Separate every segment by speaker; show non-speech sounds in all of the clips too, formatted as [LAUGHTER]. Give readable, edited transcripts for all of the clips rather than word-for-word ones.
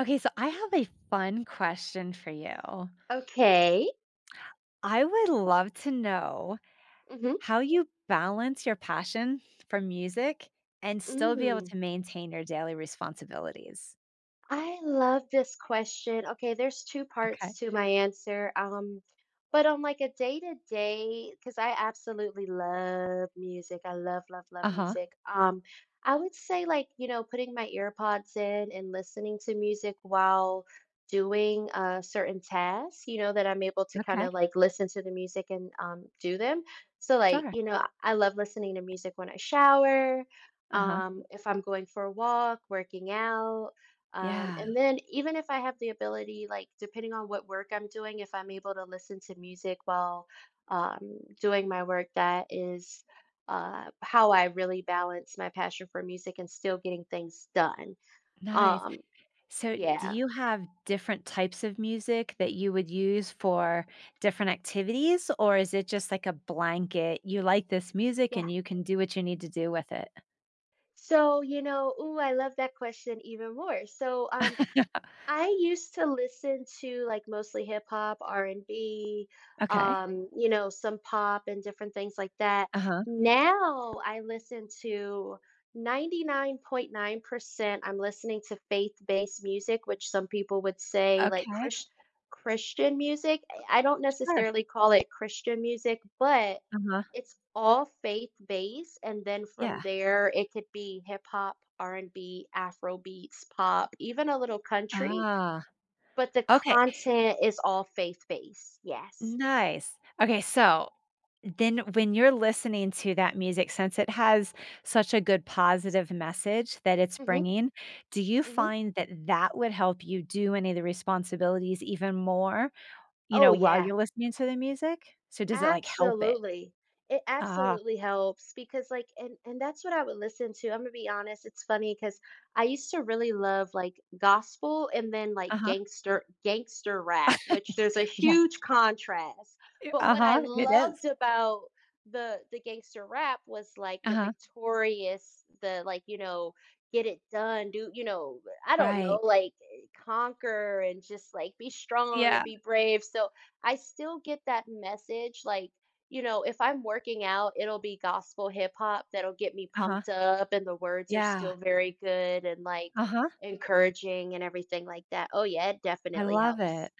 Speaker 1: Okay, so I have a fun question for you.
Speaker 2: Okay.
Speaker 1: I would love to know
Speaker 2: hmm
Speaker 1: how you balance your passion for music and still be able
Speaker 2: Mm.
Speaker 1: to maintain your daily responsibilities.
Speaker 2: I love this question. Okay, there's 2 parts
Speaker 1: Okay.
Speaker 2: to my answer, but, on, like, a day-to-day day, because I absolutely love music. I love, love, love
Speaker 1: Uh huh.
Speaker 2: music. I would say, like, you know, putting my earpods in and listening to music while doing, certain tasks, you know, that I'm able to
Speaker 1: Okay.
Speaker 2: kinda, like, listen to the music and, do them. So, like,
Speaker 1: Sure.
Speaker 2: you know, I love listening to music when I shower,
Speaker 1: Uh huh.
Speaker 2: if I'm going for a walk, working out,
Speaker 1: Yeah.
Speaker 2: and then even if I have the ability, like depending on what work I'm doing, if I'm able to listen to music while doing my work, that is how I really balance my passion for music and still getting things done.
Speaker 1: Nice.
Speaker 2: Um,
Speaker 1: So, do
Speaker 2: yeah,
Speaker 1: you have different types of music that you would use for different activities, or is it just like a blanket? You like this music
Speaker 2: yeah.
Speaker 1: and you can do what you need to do with it?
Speaker 2: So, you know, ooh, I love that question even more. So,
Speaker 1: [LAUGHS]
Speaker 2: I used to listen to like mostly hip hop, R&B,
Speaker 1: Okay.
Speaker 2: you know, some pop and different things like that.
Speaker 1: Uh huh.
Speaker 2: Now I listen to 99.9% I'm listening to faith-based music, which some people would say like
Speaker 1: Okay.
Speaker 2: Christian music. I don't
Speaker 1: Sure.
Speaker 2: necessarily call it Christian music, but
Speaker 1: Uh-huh.
Speaker 2: it's all faith-based, and then from
Speaker 1: Yeah.
Speaker 2: there it could be hip hop, R&B, Afro beats, pop, even a little country,
Speaker 1: Ah,
Speaker 2: but the
Speaker 1: okay.
Speaker 2: content is all faith-based, yes.
Speaker 1: Nice. Okay, so then when you're listening to that music, since it has such a good positive message that it's
Speaker 2: Mhm,
Speaker 1: bringing, do you
Speaker 2: mhm.
Speaker 1: find that that would help you do any of the responsibilities even more, you
Speaker 2: Oh,
Speaker 1: know, while
Speaker 2: yeah.
Speaker 1: you're listening to the music? So does it, like, help it?
Speaker 2: Absolutely. It
Speaker 1: Ah,
Speaker 2: absolutely helps because like and that's what I would listen to. I'm gonna be honest, it's funny because I used to really love like gospel and then like
Speaker 1: uh-huh.
Speaker 2: gangster rap, which there's a
Speaker 1: Yeah.
Speaker 2: huge contrast.
Speaker 1: Y
Speaker 2: But what I
Speaker 1: Uh-huh. It
Speaker 2: loved
Speaker 1: is.
Speaker 2: about the gangster rap was like the
Speaker 1: Uh-huh.
Speaker 2: victorious, the like, you know, get it done, do you know, I don't know,
Speaker 1: Right.
Speaker 2: like conquer and just like be strong and
Speaker 1: Yeah.
Speaker 2: be brave. So I still get that message, like, you know, if I'm working out, it'll be gospel hip hop that'll get me
Speaker 1: Uh-huh.
Speaker 2: pumped up, and the words are
Speaker 1: Yeah.
Speaker 2: still very good and like
Speaker 1: Uh-huh.
Speaker 2: encouraging and everything like that. Oh, yeah, it
Speaker 1: I
Speaker 2: definitely
Speaker 1: love
Speaker 2: helps.
Speaker 1: it.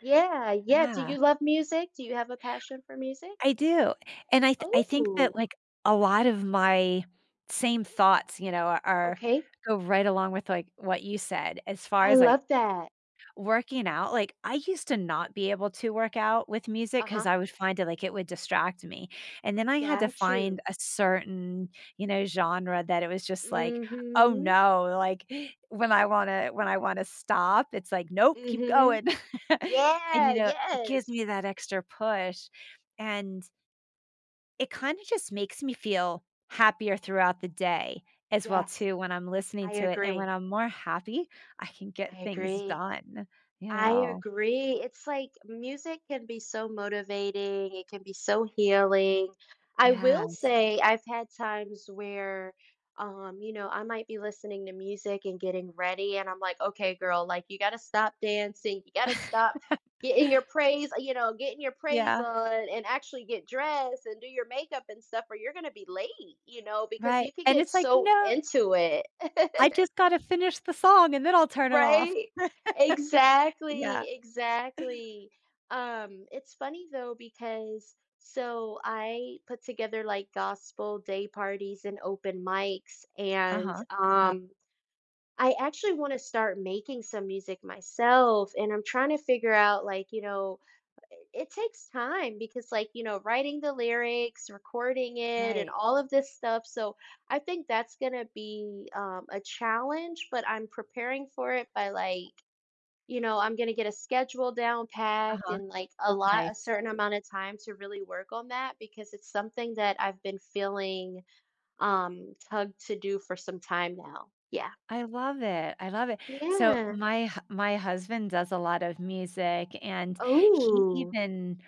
Speaker 2: Yeah, yeah. Do
Speaker 1: Yeah.
Speaker 2: you love music? Do you have a passion for music?
Speaker 1: I do, and I think that,
Speaker 2: Oh,
Speaker 1: like, a lot of my same thoughts, you know, are
Speaker 2: okay.
Speaker 1: go right along with, like, what you said as far
Speaker 2: I
Speaker 1: as, like,
Speaker 2: love that.
Speaker 1: working out, like, I used to not be able to work out with music because
Speaker 2: Uh-huh.
Speaker 1: I would find it, like, it would distract me, and then I had to
Speaker 2: Got
Speaker 1: find
Speaker 2: you.
Speaker 1: a certain, you know, genre that it was just like, "Oh,
Speaker 2: Mm-hmm.
Speaker 1: no," like, when I wanna stop, it's like, "Nope, keep
Speaker 2: Mm-hmm.
Speaker 1: going." [LAUGHS] And,
Speaker 2: Yeah,
Speaker 1: you know, it gives
Speaker 2: yes.
Speaker 1: me that extra push, and it kinda just makes me feel happier throughout the day as well
Speaker 2: Yes,
Speaker 1: too when I'm listening
Speaker 2: I
Speaker 1: to it, and when
Speaker 2: agree.
Speaker 1: I'm more happy, I can get
Speaker 2: I
Speaker 1: things
Speaker 2: agree.
Speaker 1: done, you
Speaker 2: I
Speaker 1: know?
Speaker 2: agree. It's like music can be so motivating, it can be so healing. I
Speaker 1: Yeah.
Speaker 2: will say I've had times where you know, I might be listening to music and getting ready and I'm like, "Okay, girl, like you got to stop dancing. You got to stop getting
Speaker 1: [LAUGHS]
Speaker 2: your praise, you know, getting your praise
Speaker 1: Yeah,
Speaker 2: on and actually get dressed and do your makeup and stuff or you're going to be late, you know, because
Speaker 1: right,
Speaker 2: you could
Speaker 1: and
Speaker 2: get
Speaker 1: it's like,
Speaker 2: so
Speaker 1: "No,
Speaker 2: into it."
Speaker 1: I
Speaker 2: [LAUGHS]
Speaker 1: just gotta finish the song and then I'll turn it off."
Speaker 2: Right?
Speaker 1: Yeah.
Speaker 2: Exactly, exactly. It's funny though because so I put together like gospel day parties and open mics and
Speaker 1: Uh-huh. Uh,
Speaker 2: I actually want to start making some music myself and I'm trying to figure out like, you know, it takes time because like you know writing the lyrics recording it and
Speaker 1: right.
Speaker 2: all of this stuff, so I think that's going to be a challenge, but I'm preparing for it by like you know I'm going to get a schedule down packed
Speaker 1: Uh-huh,
Speaker 2: and like a
Speaker 1: nice.
Speaker 2: certain amount of time to really work on that because it's something that I've been feeling tugged to do for some time now. Yeah,
Speaker 1: I love it, I love it. So
Speaker 2: yeah.
Speaker 1: my husband does a lot of music, and he
Speaker 2: Oh,
Speaker 1: even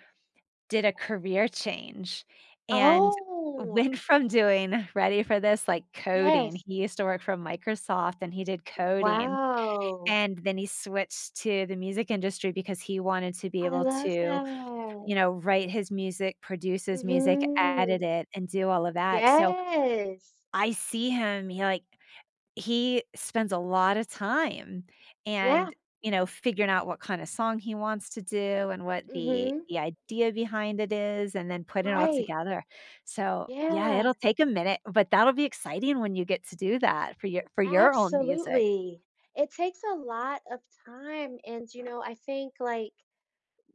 Speaker 1: did a career change and [LAUGHS]
Speaker 2: oh,
Speaker 1: went from doing [LAUGHS] ready for this, like, coding.
Speaker 2: yes,
Speaker 1: He used to work for Microsoft, and he did coding,
Speaker 2: wow.
Speaker 1: and then he switched to the music industry because he wanted to be
Speaker 2: I
Speaker 1: able
Speaker 2: love
Speaker 1: to,
Speaker 2: that.
Speaker 1: you know, write his music, produce his music,
Speaker 2: Mhm.
Speaker 1: edit it, and do all of that, so
Speaker 2: Yes.
Speaker 1: I see him, he, like, he spends a lot of time
Speaker 2: Yeah.
Speaker 1: and, you know, figuring out what kind of song he wants to do and what the
Speaker 2: Mhm.
Speaker 1: the idea behind it is and then put it all
Speaker 2: Right.
Speaker 1: together. So, yeah,
Speaker 2: Yeah.
Speaker 1: it'll take a minute, but that'll be exciting when you get to do that for your own music.
Speaker 2: Absolutely. It takes a lot of time and, you know, I think like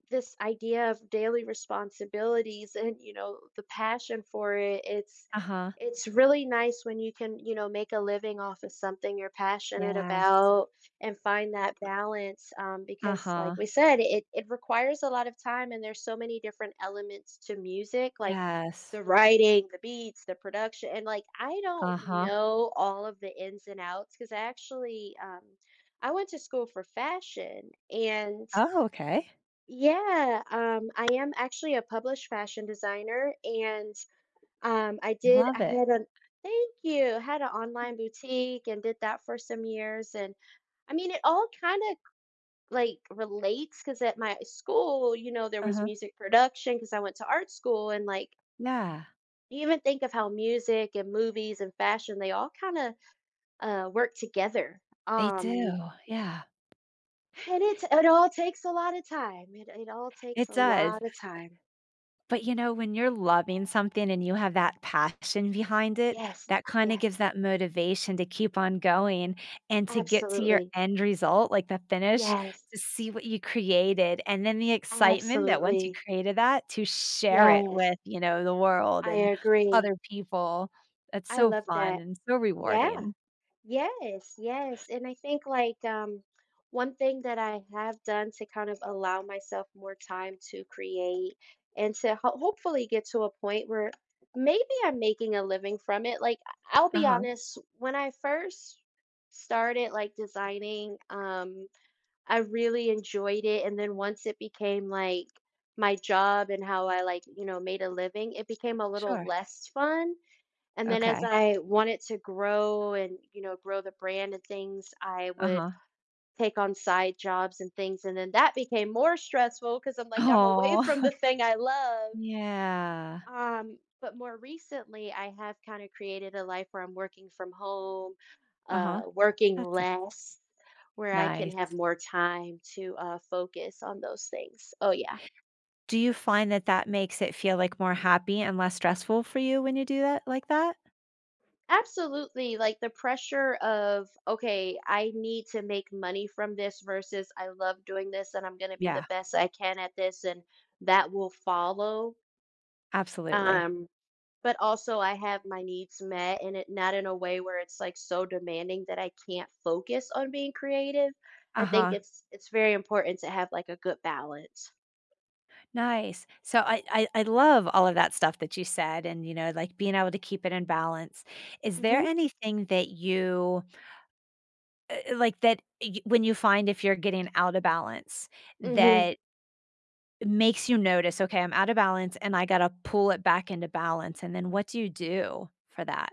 Speaker 2: this idea of daily responsibilities and you know the passion for it, it's
Speaker 1: Uh-huh.
Speaker 2: it's really nice when you can you know make a living off of something you're passionate
Speaker 1: Yes.
Speaker 2: about and find that balance, because like
Speaker 1: Uh-huh.
Speaker 2: we said, it requires a lot of time and there's so many different elements to music like
Speaker 1: Yes.
Speaker 2: the writing the beats the production, and like I don't
Speaker 1: Uh-huh.
Speaker 2: know all of the ins and outs because I actually I went to school for fashion. And
Speaker 1: Oh, okay.
Speaker 2: yeah, I am actually a published fashion designer, and I
Speaker 1: I
Speaker 2: did. I
Speaker 1: love it.
Speaker 2: had a thank you. had an online boutique and did that for some years. And I mean, it all kind of like relates because at my school, you know, there was
Speaker 1: Uh-huh.
Speaker 2: music production because I went to art school, and like
Speaker 1: Yeah.
Speaker 2: you even think of how music and movies and fashion they all kind of work together.
Speaker 1: They
Speaker 2: Um,
Speaker 1: do. Yeah.
Speaker 2: and it all takes a lot of time. It all takes
Speaker 1: It
Speaker 2: a
Speaker 1: does.
Speaker 2: lot of time.
Speaker 1: But, you know, when you're loving something and you have that passion behind it,
Speaker 2: Yes,
Speaker 1: that kinda
Speaker 2: yes.
Speaker 1: gives that motivation to keep on going and to get to your
Speaker 2: Absolutely.
Speaker 1: end result, like the finish,
Speaker 2: Yes.
Speaker 1: to see what you created, and then the excitement that once you
Speaker 2: Absolutely.
Speaker 1: created that, to share it
Speaker 2: Yes.
Speaker 1: with, you know, the world
Speaker 2: I
Speaker 1: and
Speaker 2: agree.
Speaker 1: other people. That's
Speaker 2: I
Speaker 1: so
Speaker 2: love
Speaker 1: fun
Speaker 2: that.
Speaker 1: and so
Speaker 2: Yeah.
Speaker 1: rewarding.
Speaker 2: Yes. Yes. And I think like one thing that I have done to kind of allow myself more time to create and to hopefully get to a point where maybe I'm making a living from it. Like I'll be
Speaker 1: Uh-huh.
Speaker 2: honest, when I first started like designing I really enjoyed it, and then once it became, like, my job and how I, like, you know, made a living, it became a little
Speaker 1: Sure.
Speaker 2: less fun, and then as
Speaker 1: Okay.
Speaker 2: I wanted to grow and, you know, grow the brand and things, I would
Speaker 1: Uh-huh.
Speaker 2: take on side jobs and things, and then that became more stressful because 'cause I'm like, I'm away
Speaker 1: Oh.
Speaker 2: from the
Speaker 1: [LAUGHS]
Speaker 2: thing I love,
Speaker 1: Yeah.
Speaker 2: but more recently, I have kind of created a life where I'm working from home,
Speaker 1: Uh-huh.
Speaker 2: working
Speaker 1: That's
Speaker 2: less, where I can have
Speaker 1: nice.
Speaker 2: more time to focus on those things. Oh, yeah,
Speaker 1: Do you find that that makes it feel, like, more happy and less stressful for you when you do that like that?
Speaker 2: absolutely. Like the pressure of, okay, I need to make money from this versus I love doing this and I'm going to be the
Speaker 1: Yeah,
Speaker 2: best I can at this, and that will follow.
Speaker 1: absolutely.
Speaker 2: Um, But also I have my needs met and it not in a way where it's like so demanding that I can't focus on being creative. I think
Speaker 1: Uh-huh.
Speaker 2: it's very important to have like a good balance.
Speaker 1: Nice. So I love all of that stuff that you said and, you know, like, being able to keep it in balance. Is there
Speaker 2: Mhm.
Speaker 1: anything that you, like, that y when you find if you're getting out of balance
Speaker 2: Mhm.
Speaker 1: that makes you notice, "Okay, I'm out of balance and I gotta pull it back into balance," and then what do you do for that?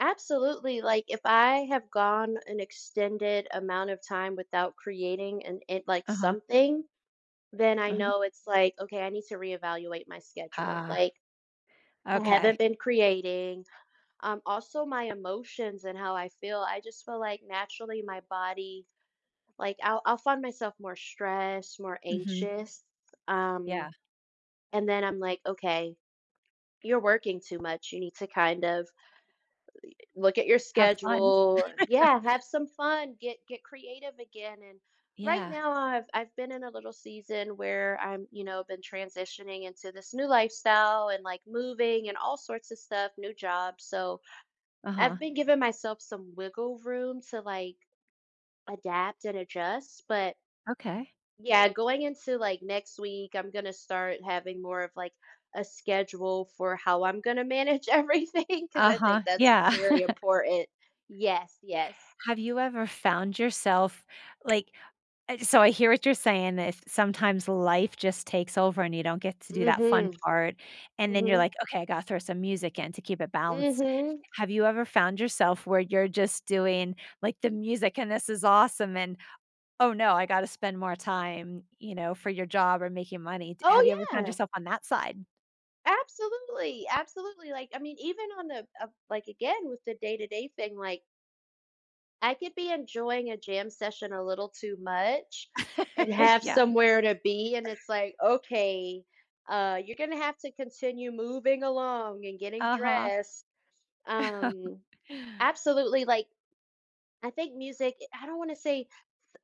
Speaker 2: Absolutely. Like if I have gone an extended amount of time without creating and it like
Speaker 1: Uh-huh,
Speaker 2: something, then I
Speaker 1: uh-huh.
Speaker 2: know it's like, okay, I need to reevaluate my schedule.
Speaker 1: Ah,
Speaker 2: Like I
Speaker 1: okay.
Speaker 2: haven't been creating. Also my emotions and how I feel. I just feel like naturally my body, like, I'll find myself more stressed, more
Speaker 1: Mhm.
Speaker 2: anxious, um,
Speaker 1: Yeah.
Speaker 2: and then I'm like, "Okay, you're working too much, you need to kind of look at your
Speaker 1: Have fun.
Speaker 2: schedule." Yeah, have some fun, get creative again, and right
Speaker 1: Yeah.
Speaker 2: now I've been in a little season where I'm, you know, been transitioning into this new lifestyle and, like, moving and all sorts of stuff, new jobs. So
Speaker 1: Uh-huh.
Speaker 2: I've been giving myself some wiggle room to, like, adapt and adjust, but
Speaker 1: Okay.
Speaker 2: yeah, going into like next week, I'm gonna start having more of like a schedule for how I'm gonna manage [LAUGHS] everything because I
Speaker 1: Uh-huh.
Speaker 2: think that's
Speaker 1: Yeah.
Speaker 2: very
Speaker 1: [LAUGHS]
Speaker 2: important. Yes, yes.
Speaker 1: Have you ever found yourself, like, so I hear what you're saying, that sometimes life just takes over and you don't get to do that fun
Speaker 2: Mm-hmm.
Speaker 1: part, and then you're
Speaker 2: Mm-hmm.
Speaker 1: like, "Okay, I gotta throw some music in to keep it balanced."
Speaker 2: Mm-hmm.
Speaker 1: Have you ever found yourself where you're just doing, like, the music and this is awesome and, "Oh, no, I gotta spend more time," you know, for your job or making money? Have
Speaker 2: Oh,
Speaker 1: you ever found
Speaker 2: yeah.
Speaker 1: yourself on that side?
Speaker 2: Absolutely. Absolutely. Like, I mean, even on the like again with the day-to-day thing, like I could be enjoying a jam session a little too much and
Speaker 1: [LAUGHS]
Speaker 2: have
Speaker 1: Yeah.
Speaker 2: somewhere to be, and it's like, "Okay, you're gonna have to continue moving along and getting
Speaker 1: Uh-huh.
Speaker 2: dressed." Um, absolutely, like, I think music I don't wanna say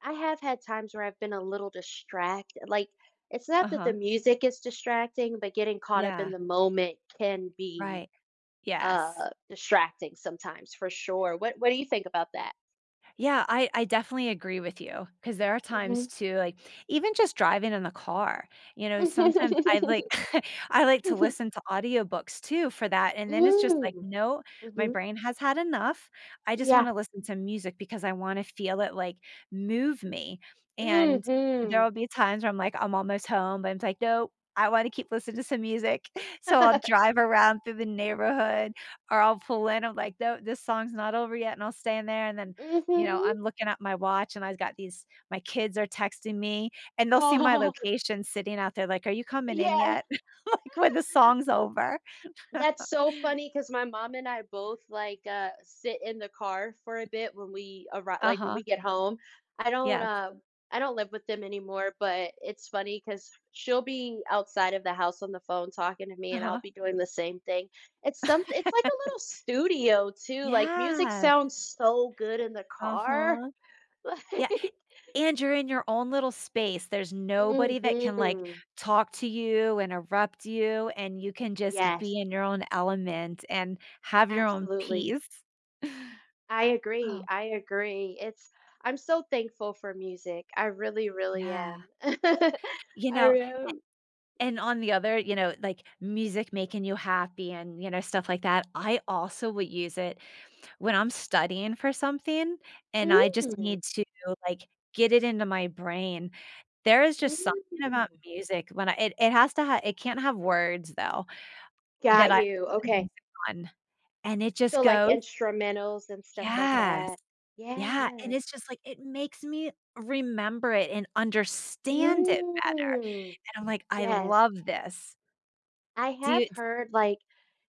Speaker 2: I have had times where I've been a little distracted, like, it's not that the
Speaker 1: Uh-huh. [LAUGHS]
Speaker 2: music is distracting, but getting caught up in
Speaker 1: Yeah,
Speaker 2: the moment can be,
Speaker 1: right. Yes.
Speaker 2: distracting sometimes for sure. What do you think about that?
Speaker 1: Yeah, I definitely agree with you because there are times
Speaker 2: Mhm.
Speaker 1: too, like, even just driving in the car, you know, sometimes I
Speaker 2: [LAUGHS]
Speaker 1: like [LAUGHS] I like to listen to audiobooks too for that, and then it's just like,
Speaker 2: Mm.
Speaker 1: "No, my
Speaker 2: Mhm.
Speaker 1: brain has had enough. I just
Speaker 2: Yeah.
Speaker 1: wanna listen to music because I wanna feel it, like, move me,"
Speaker 2: Mm.
Speaker 1: and there'll
Speaker 2: Mhm.
Speaker 1: be times where I'm like, I'm almost home, but I'm like, no, I wanna keep listening to some music," [LAUGHS] so I'll drive around through the neighborhood, or I'll pull in, I'm like, no, this song's not over yet," and I'll stay in there, and then you know,
Speaker 2: Mhm.
Speaker 1: I'm looking at my watch and I've got these my kids are texting me, and they'll see my
Speaker 2: [LAUGHS] Oh.
Speaker 1: location sitting out there like, "Are you coming in
Speaker 2: Yeah.
Speaker 1: yet?" [LAUGHS] Like, when the song's over.
Speaker 2: That's
Speaker 1: [LAUGHS]
Speaker 2: so funny because my mom and I both like sit in the car for a bit when we arrive like when
Speaker 1: Uh-huh.
Speaker 2: we get home. I don't
Speaker 1: Yes.
Speaker 2: uh I don't live with them anymore, but it's funny because 'cause she'll be outside of the house on the phone talking to me and I'll
Speaker 1: Uh-huh.
Speaker 2: be doing the same thing. It's like
Speaker 1: [LAUGHS]
Speaker 2: a little studio too. Like music
Speaker 1: Yes.
Speaker 2: sounds so good in the car.
Speaker 1: Uh-huh.
Speaker 2: [LAUGHS]
Speaker 1: Yeah,
Speaker 2: Like
Speaker 1: and you're in your own little space. There's nobody that can, like,
Speaker 2: mhm.
Speaker 1: talk to you, interrupt you, and you can just
Speaker 2: Yes,
Speaker 1: be in your own element and have your own
Speaker 2: absolutely.
Speaker 1: peace. [LAUGHS]
Speaker 2: I agree.
Speaker 1: Oh,
Speaker 2: I agree. It's I'm so thankful for music. I really, really am.
Speaker 1: yeah.
Speaker 2: [LAUGHS] I
Speaker 1: You know.
Speaker 2: am.
Speaker 1: And on the other, you know, like music making you happy and, you know, stuff like that. I also would use it when I'm studying for something and I just
Speaker 2: Mm,
Speaker 1: need to, like, get it into my brain. There is just something about
Speaker 2: mm.
Speaker 1: music when I it, it has to have it can't have words though that
Speaker 2: Got
Speaker 1: I
Speaker 2: you.
Speaker 1: put the
Speaker 2: Okay.
Speaker 1: music on and it just
Speaker 2: So like
Speaker 1: goes,
Speaker 2: instrumentals and stuff like that.
Speaker 1: yes, yeah. And
Speaker 2: Yeah.
Speaker 1: it's just like it makes me remember it and understand it better.
Speaker 2: Mm.
Speaker 1: And I'm like, I
Speaker 2: Yes.
Speaker 1: love this.
Speaker 2: I
Speaker 1: Do you
Speaker 2: have heard like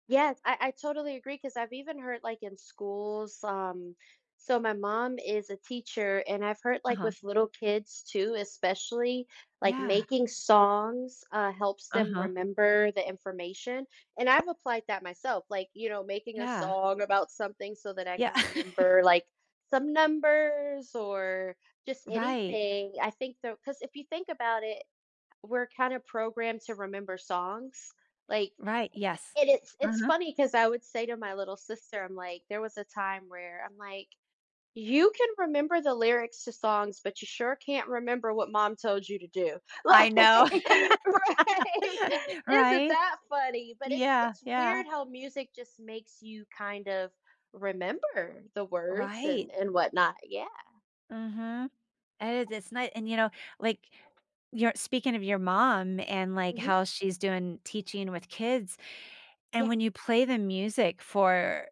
Speaker 2: yes, I totally agree because I've even heard like in schools, so my mom is a teacher, and I've heard like
Speaker 1: Uh-huh.
Speaker 2: with little kids too, especially like
Speaker 1: Yeah.
Speaker 2: making songs helps them
Speaker 1: Uh-huh.
Speaker 2: remember the information. And I've applied that myself, like, you know, making a
Speaker 1: Yeah.
Speaker 2: song about something so that I
Speaker 1: Yeah.
Speaker 2: can
Speaker 1: [LAUGHS]
Speaker 2: remember like some numbers or just
Speaker 1: Right.
Speaker 2: anything. I think though, because if you think about it, we're kind of programmed to remember songs. Like,
Speaker 1: Right. Yes.
Speaker 2: and it's
Speaker 1: Uh-huh.
Speaker 2: funny because I would say to my little sister, I'm like, there was a time where I'm like, "You can remember the lyrics to songs, but you sure can't remember what mom told you to do." [LAUGHS]
Speaker 1: I
Speaker 2: Like, [LAUGHS]
Speaker 1: know,
Speaker 2: right?
Speaker 1: [LAUGHS]
Speaker 2: Isn't
Speaker 1: right?
Speaker 2: that funny? But it's
Speaker 1: Yeah,
Speaker 2: it's
Speaker 1: yeah.
Speaker 2: weird how music just makes you kind of remember the words
Speaker 1: Right.
Speaker 2: and whatnot. Yeah.
Speaker 1: Mhm. And it is, it's nice. And, you know, like, you're speaking of your mom and, like,
Speaker 2: Mhm.
Speaker 1: how she's doing teaching with kids, and
Speaker 2: Yeah.
Speaker 1: when you play the music for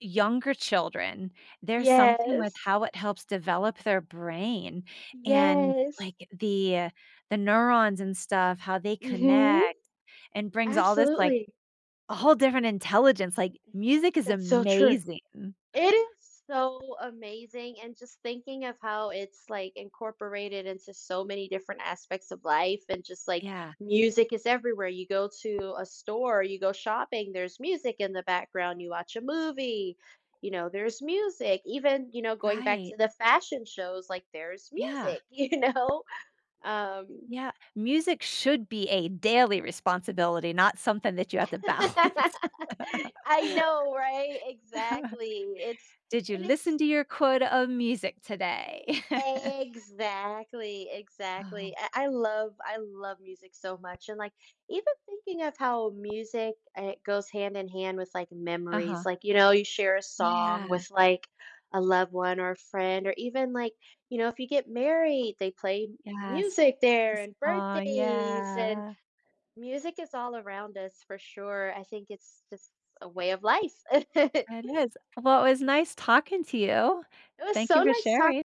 Speaker 1: younger children, there's something with
Speaker 2: Yes.
Speaker 1: how it helps develop their brain and,
Speaker 2: Yes.
Speaker 1: like, the neurons and stuff, how they
Speaker 2: Mhm.
Speaker 1: connect and brings all this, like,
Speaker 2: Absolutely.
Speaker 1: a whole different intelligence, like, music is
Speaker 2: That's so true.
Speaker 1: amazing.
Speaker 2: It is so amazing, and just thinking of how it's, like, incorporated into so many different aspects of life and just, like,
Speaker 1: Yeah,
Speaker 2: music is everywhere. You go to a store, you go shopping, there's music in the background, you watch a movie, you know, there's music. Even, you know, going back to
Speaker 1: right.
Speaker 2: the fashion shows, like, there's
Speaker 1: Yeah,
Speaker 2: music, [LAUGHS] you know? Um
Speaker 1: yeah. Music should be a daily responsibility, not something that you have to balance.
Speaker 2: [LAUGHS] I know, right?
Speaker 1: [LAUGHS]
Speaker 2: Exactly. It's
Speaker 1: Did you
Speaker 2: and it's
Speaker 1: listen to your quota of music today? [LAUGHS]
Speaker 2: Exactly,
Speaker 1: Uh-huh,
Speaker 2: exactly. I love music so much. And like even thinking of how music goes hand in hand with like memories.
Speaker 1: uh-huh.
Speaker 2: Like, you know, you share a song
Speaker 1: Yeah,
Speaker 2: with like a loved one or a friend, or even like, you know, if you get married, they play
Speaker 1: yes.
Speaker 2: music there and
Speaker 1: Oh
Speaker 2: birthdays and
Speaker 1: yeah.
Speaker 2: music is all around us for sure. I think it's just a way of life.
Speaker 1: It
Speaker 2: [LAUGHS]
Speaker 1: is. Well, it was nice talking to you.
Speaker 2: It was
Speaker 1: Thank
Speaker 2: so
Speaker 1: you for
Speaker 2: nice talking.
Speaker 1: sharing.